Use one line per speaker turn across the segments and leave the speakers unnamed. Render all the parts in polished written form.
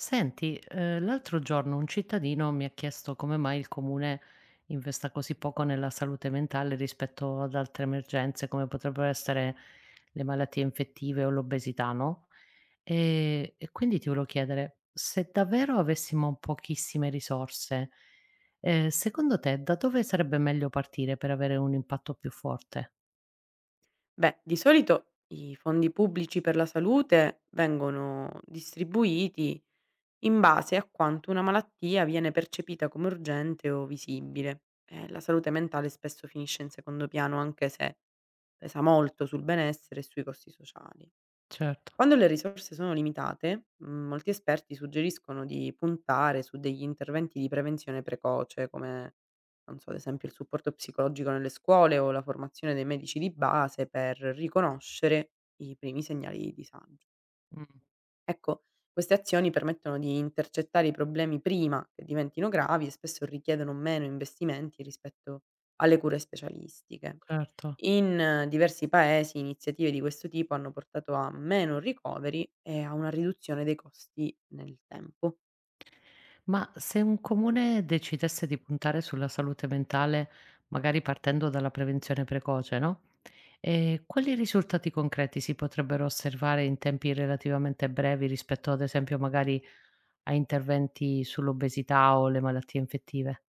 Senti, l'altro giorno un cittadino mi ha chiesto come mai il comune investa così poco nella salute mentale rispetto ad altre emergenze, come potrebbero essere le malattie infettive o l'obesità, no? E quindi ti volevo chiedere, se davvero avessimo pochissime risorse, secondo te da dove sarebbe meglio partire per avere un impatto più forte?
Beh, di solito i fondi pubblici per la salute vengono distribuiti in base a quanto una malattia viene percepita come urgente o visibile. La salute mentale spesso finisce in secondo piano, anche se pesa molto sul benessere e sui costi sociali.
Certo.
Quando le risorse sono limitate, molti esperti suggeriscono di puntare su degli interventi di prevenzione precoce come, non so, ad esempio il supporto psicologico nelle scuole o la formazione dei medici di base per riconoscere i primi segnali di disagio.
Mm,
Ecco, queste azioni permettono di intercettare i problemi prima che diventino gravi e spesso richiedono meno investimenti rispetto alle cure specialistiche.
certo.
In diversi paesi iniziative di questo tipo hanno portato a meno ricoveri e a una riduzione dei costi nel tempo.
Ma se un comune decidesse di puntare sulla salute mentale, magari partendo dalla prevenzione precoce, no? E quali risultati concreti si potrebbero osservare in tempi relativamente brevi rispetto ad esempio magari a interventi sull'obesità o le malattie infettive?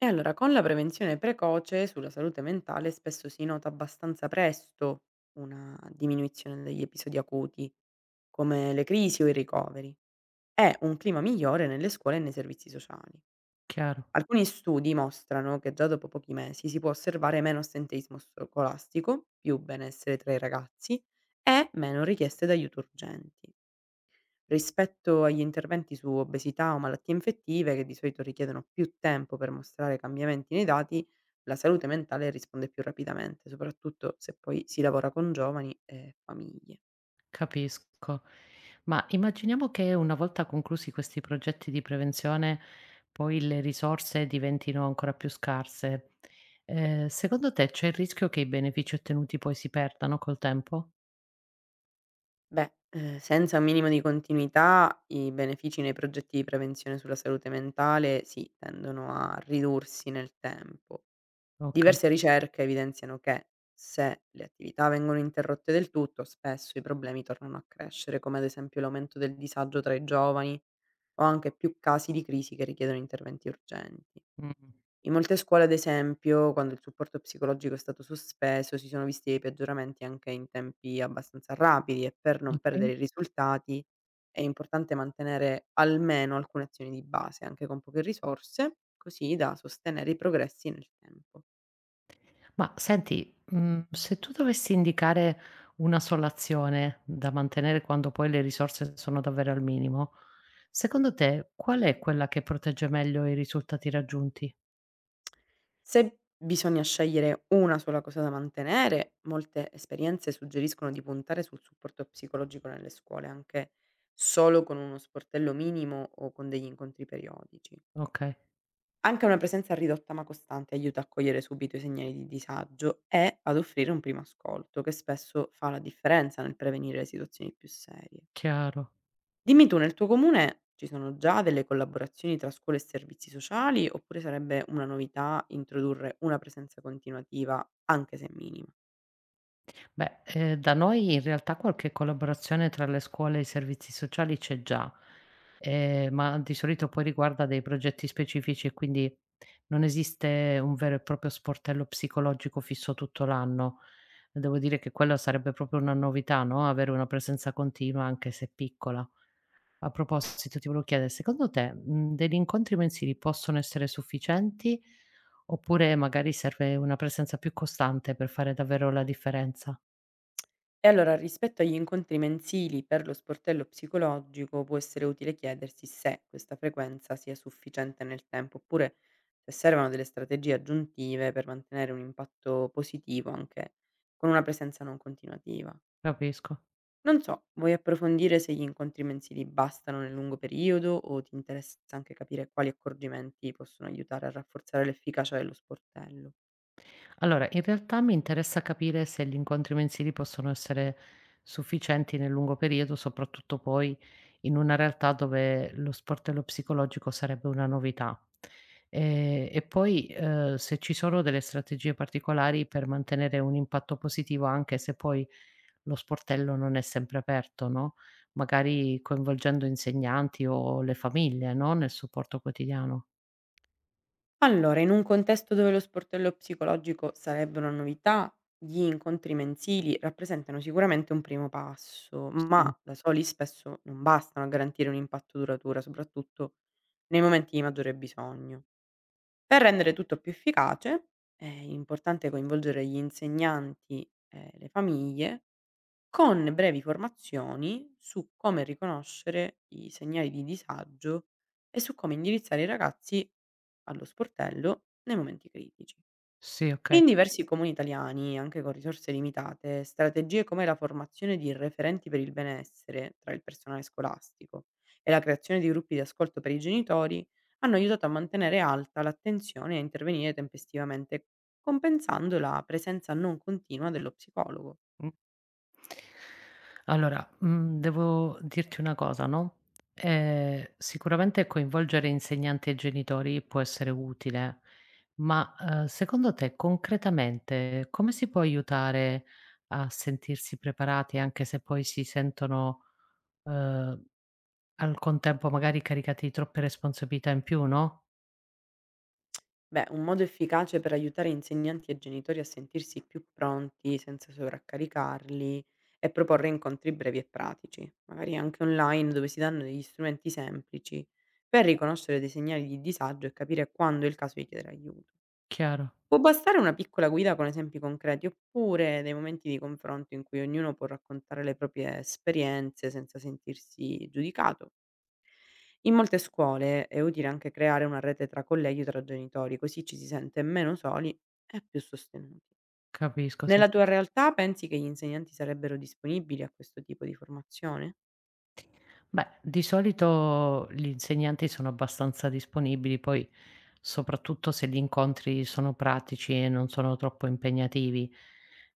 E allora, con la prevenzione precoce sulla salute mentale spesso si nota abbastanza presto una diminuzione degli episodi acuti, come le crisi o i ricoveri, e un clima migliore nelle scuole e nei servizi sociali.
Chiaro.
Alcuni studi mostrano che già dopo pochi mesi si può osservare meno assenteismo scolastico, più benessere tra i ragazzi e meno richieste d'aiuto urgenti. Rispetto agli interventi su obesità o malattie infettive, che di solito richiedono più tempo per mostrare cambiamenti nei dati, la salute mentale risponde più rapidamente, soprattutto se poi si lavora con giovani e famiglie.
Capisco. Ma immaginiamo che una volta conclusi questi progetti di prevenzione, poi le risorse diventino ancora più scarse. Secondo te c'è il rischio che i benefici ottenuti poi si perdano col tempo?
Beh, senza un minimo di continuità i benefici nei progetti di prevenzione sulla salute mentale sì, tendono a ridursi nel tempo.
Okay.
Diverse ricerche evidenziano che, se le attività vengono interrotte del tutto, spesso i problemi tornano a crescere, come ad esempio l'aumento del disagio tra i giovani o anche più casi di crisi che richiedono interventi urgenti.
Mh.
In molte scuole, ad esempio, quando il supporto psicologico è stato sospeso, si sono visti dei peggioramenti anche in tempi abbastanza rapidi, e per non
Okay.
perdere i risultati è importante mantenere almeno alcune azioni di base, anche con poche risorse, così da sostenere i progressi nel tempo.
Ma senti, se tu dovessi indicare una sola azione da mantenere quando poi le risorse sono davvero al minimo, secondo te qual è quella che protegge meglio i risultati raggiunti?
Se bisogna scegliere una sola cosa da mantenere, molte esperienze suggeriscono di puntare sul supporto psicologico nelle scuole, anche solo con uno sportello minimo o con degli incontri periodici.
Okay,
Anche una presenza ridotta ma costante aiuta a cogliere subito i segnali di disagio e ad offrire un primo ascolto, che spesso fa la differenza nel prevenire le situazioni più serie.
chiaro.
Dimmi tu, nel tuo comune ci sono già delle collaborazioni tra scuole e servizi sociali, oppure sarebbe una novità introdurre una presenza continuativa, anche se minima?
Beh, da noi in realtà qualche collaborazione tra le scuole e i servizi sociali c'è già, ma di solito poi riguarda dei progetti specifici e quindi non esiste un vero e proprio sportello psicologico fisso tutto l'anno. Devo dire che quella sarebbe proprio una novità, no, avere una presenza continua anche se piccola. A proposito ti volevo chiedere, secondo te, degli incontri mensili possono essere sufficienti oppure magari serve una presenza più costante per fare davvero la differenza?
E allora, rispetto agli incontri mensili per lo sportello psicologico, può essere utile chiedersi se questa frequenza sia sufficiente nel tempo, oppure se servono delle strategie aggiuntive per mantenere un impatto positivo anche con una presenza non continuativa.
Capisco.
Non so, vuoi approfondire se gli incontri mensili bastano nel lungo periodo, o ti interessa anche capire quali accorgimenti possono aiutare a rafforzare l'efficacia dello sportello?
Allora, in realtà mi interessa capire se gli incontri mensili possono essere sufficienti nel lungo periodo, soprattutto poi in una realtà dove lo sport e lo psicologico sarebbe una novità. E poi se ci sono delle strategie particolari per mantenere un impatto positivo, anche se poi lo sportello non è sempre aperto, no? Magari coinvolgendo insegnanti o le famiglie, no? Nel supporto quotidiano.
Allora, in un contesto dove lo sportello psicologico sarebbe una novità, gli incontri mensili rappresentano sicuramente un primo passo,
Sì.
ma da soli spesso non bastano a garantire un impatto duratura, soprattutto nei momenti di maggiore bisogno. Per rendere tutto più efficace è importante coinvolgere gli insegnanti e le famiglie con brevi formazioni su come riconoscere i segnali di disagio e su come indirizzare i ragazzi allo sportello nei momenti critici.
Sì, ok.
In diversi comuni italiani, anche con risorse limitate, strategie come la formazione di referenti per il benessere tra il personale scolastico e la creazione di gruppi di ascolto per i genitori hanno aiutato a mantenere alta l'attenzione e a intervenire tempestivamente, compensando la presenza non continua dello psicologo.
Mm. Allora, devo dirti una cosa, no, sicuramente coinvolgere insegnanti e genitori può essere utile, ma, secondo te concretamente come si può aiutare a sentirsi preparati anche se poi si sentono, uhm, al contempo magari caricati di troppe responsabilità in più, no?
Beh, un modo efficace per aiutare insegnanti e genitori a sentirsi più pronti senza sovraccaricarli è proporre incontri brevi e pratici, magari anche online, dove si danno degli strumenti semplici per riconoscere dei segnali di disagio e capire quando è il caso di chiedere aiuto.
Chiaro,
Può bastare una piccola guida con esempi concreti, oppure dei momenti di confronto in cui ognuno può raccontare le proprie esperienze senza sentirsi giudicato. In molte scuole è utile anche creare una rete tra colleghi o tra genitori, così ci si sente meno soli e più sostenuti.
capisco, sì.
Nella tua realtà, pensi che gli insegnanti sarebbero disponibili a questo tipo di formazione?
Beh, di solito gli insegnanti sono abbastanza disponibili, poi soprattutto se gli incontri sono pratici e non sono troppo impegnativi.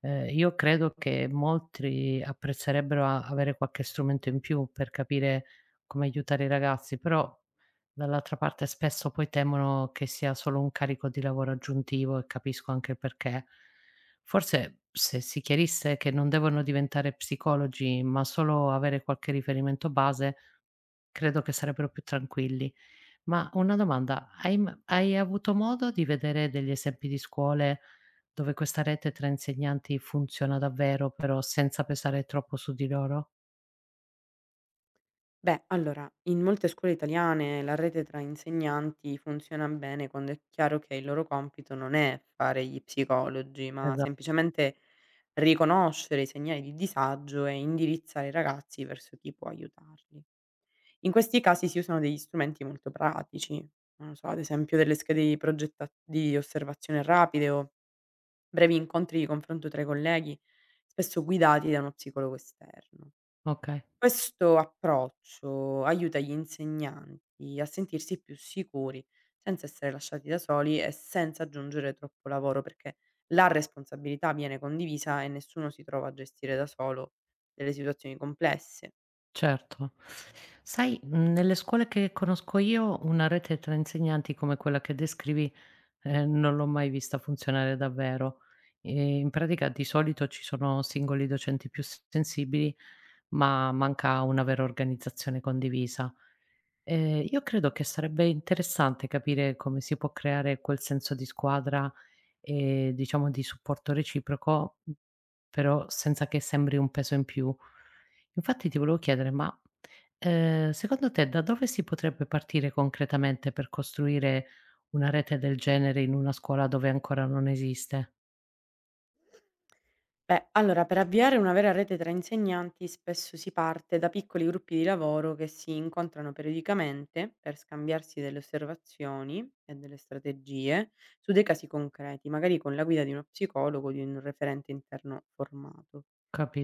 Io credo che molti apprezzerebbero avere qualche strumento in più per capire come aiutare i ragazzi, però dall'altra parte spesso poi temono che sia solo un carico di lavoro aggiuntivo e capisco anche il perché. Forse se si chiarisse che non devono diventare psicologi, ma solo avere qualche riferimento base, credo che sarebbero più tranquilli. Ma una domanda, hai avuto modo di vedere degli esempi di scuole dove questa rete tra insegnanti funziona davvero, però senza pesare troppo su di loro?
Beh, allora, in molte scuole italiane la rete tra insegnanti funziona bene quando è chiaro che il loro compito non è fare gli psicologi, ma
Esa
semplicemente riconoscere i segnali di disagio e indirizzare i ragazzi verso chi può aiutarli. In questi casi si usano degli strumenti molto pratici, non lo so, ad esempio delle schede di progetta di osservazione rapide, o brevi incontri di confronto tra i colleghi, spesso guidati da uno psicologo esterno.
okay,
Questo approccio aiuta gli insegnanti a sentirsi più sicuri, senza essere lasciati da soli e senza aggiungere troppo lavoro, perché la responsabilità viene condivisa e nessuno si trova a gestire da solo delle situazioni complesse.
certo. Sai, nelle scuole che conosco io una rete tra insegnanti come quella che descrivi non l'ho mai vista funzionare davvero. In pratica di solito ci sono singoli docenti più s sensibili, ma manca una vera organizzazione condivisa. Io credo che sarebbe interessante capire come si può creare quel senso di squadra diciamo di supporto reciproco, però senza che sembri un peso in più. Infatti ti volevo chiedere, ma, secondo te da dove si potrebbe partire concretamente per costruire una rete del genere in una scuola dove ancora non esiste?
Beh, allora, per avviare una vera rete tra insegnanti spesso si parte da piccoli gruppi di lavoro che si incontrano periodicamente per scambiarsi delle osservazioni e delle strategie su dei casi concreti, magari con la guida di uno psicologo o di un referente interno formato.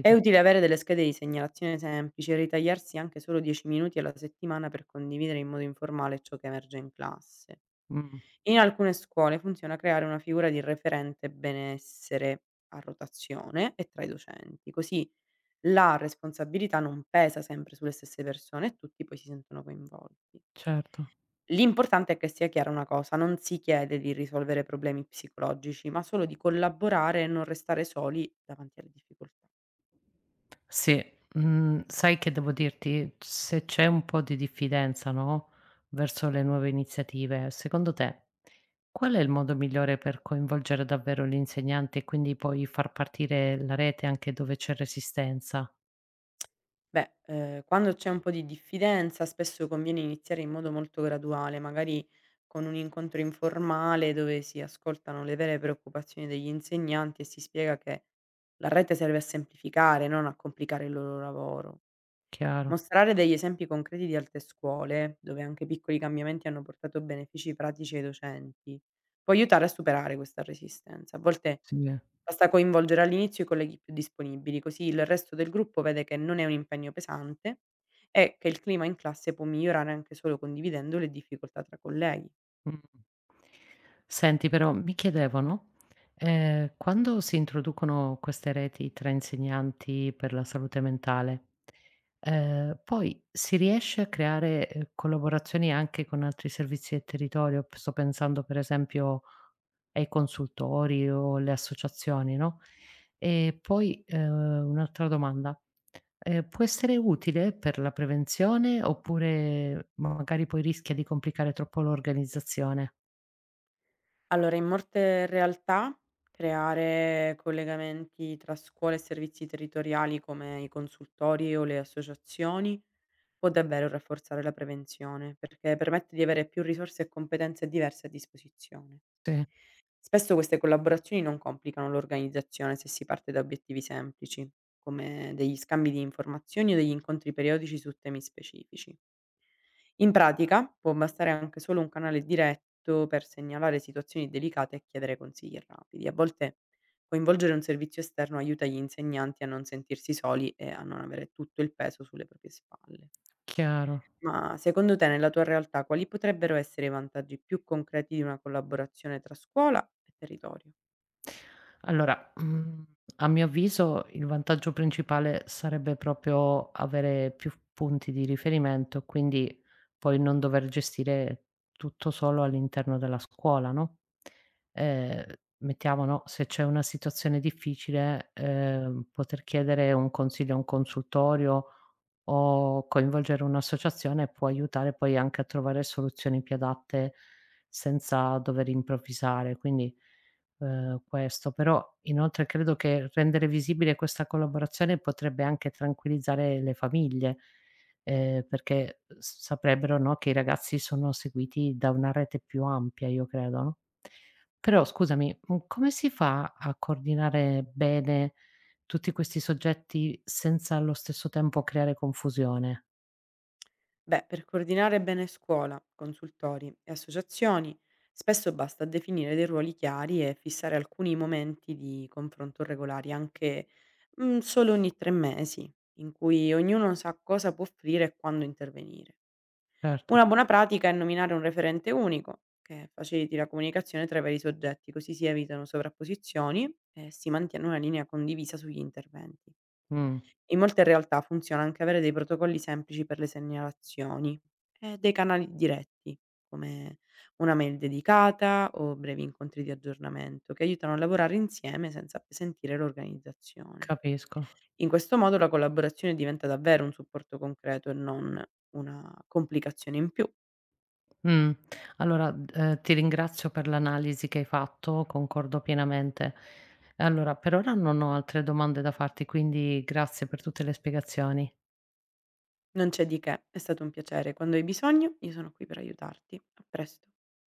È utile avere delle schede di segnalazione semplici e ritagliarsi anche solo 10 minuti alla settimana per condividere in modo informale ciò che emerge in classe.
Mh,
In alcune scuole funziona creare una figura di referente benessere a rotazione e tra i docenti, così la responsabilità non pesa sempre sulle stesse persone e tutti poi si sentono coinvolti.
certo.
L'importante è che sia chiara una cosa: non si chiede di risolvere problemi psicologici, ma solo di collaborare e non restare soli davanti alle difficoltà.
Sì, sai che devo dirti? Se c'è un po' di diffidenza, no, verso le nuove iniziative, secondo te qual è il modo migliore per coinvolgere davvero gli insegnanti e quindi poi far partire la rete anche dove c'è resistenza?
Beh, quando c'è un po' di diffidenza spesso conviene iniziare in modo molto graduale, magari con un incontro informale dove si ascoltano le vere preoccupazioni degli insegnanti e si spiega che la rete serve a semplificare, non a complicare il loro lavoro.
Chiaro.
Mostrare degli esempi concreti di altre scuole, dove anche piccoli cambiamenti hanno portato benefici pratici ai docenti, può aiutare a superare questa resistenza. A volte
Sì.
basta coinvolgere all'inizio i colleghi più disponibili, così il resto del gruppo vede che non è un impegno pesante e che il clima in classe può migliorare anche solo condividendo le difficoltà tra colleghi.
Mh. Senti però mi chiedevano, quando si introducono queste reti tra insegnanti per la salute mentale, poi si riesce a creare, collaborazioni anche con altri servizi del territorio? P Sto pensando per esempio ai consultori o alle associazioni, no, e poi, un'altra domanda: può essere utile per la prevenzione oppure magari poi rischia di complicare troppo l'organizzazione?
Allora, in molte realtà creare collegamenti tra scuole e servizi territoriali come i consultori o le associazioni può davvero rafforzare la prevenzione, perché permette di avere più risorse e competenze diverse a disposizione.
Sì,
Spesso queste collaborazioni non complicano l'organizzazione se si parte da obiettivi semplici, come degli scambi di informazioni o degli incontri periodici su temi specifici. In pratica può bastare anche solo un canale diretto per segnalare situazioni delicate e chiedere consigli rapidi. A volte coinvolgere un servizio esterno aiuta gli insegnanti a non sentirsi soli e a non avere tutto il peso sulle proprie spalle.
chiaro.
Ma secondo te, nella tua realtà, quali potrebbero essere i vantaggi più concreti di una collaborazione tra scuola e territorio?
Allora, a mio avviso il vantaggio principale sarebbe proprio avere più punti di riferimento, quindi poi non dover gestire tutto solo all'interno della scuola, no, ehm, mettiamo, no, se c'è una situazione difficile, poter chiedere un consiglio a un consultorio o coinvolgere un'associazione può aiutare poi anche a trovare soluzioni più adatte senza dover improvvisare. Quindi questo. Però inoltre credo che rendere visibile questa collaborazione potrebbe anche tranquillizzare le famiglie, perché s saprebbero, no, che i ragazzi sono seguiti da una rete più ampia, io credo, no? Però scusami, come si fa a coordinare bene tutti questi soggetti senza allo stesso tempo creare confusione?
Beh, per coordinare bene scuola, consultori e associazioni, spesso basta definire dei ruoli chiari e fissare alcuni momenti di confronto regolari, anche solo ogni 3 mesi, in cui ognuno sa cosa può offrire e quando intervenire.
Certo.
Una buona pratica è nominare un referente unico, che faciliti la comunicazione tra i vari soggetti, così si evitano sovrapposizioni e si mantiene una linea condivisa sugli interventi.
Mh,
In molte realtà funziona anche avere dei protocolli semplici per le segnalazioni e dei canali diretti, come una mail dedicata o brevi incontri di aggiornamento, che aiutano a lavorare insieme senza appesantire l'organizzazione.
capisco.
In questo modo la collaborazione diventa davvero un supporto concreto e non una complicazione in più.
Mh. Allora, ti ringrazio per l'analisi che hai fatto, concordo pienamente. Allora, per ora non ho altre domande da farti, quindi grazie per tutte le spiegazioni.
Non c'è di che, è stato un piacere. Quando hai bisogno, io sono qui per aiutarti. A presto.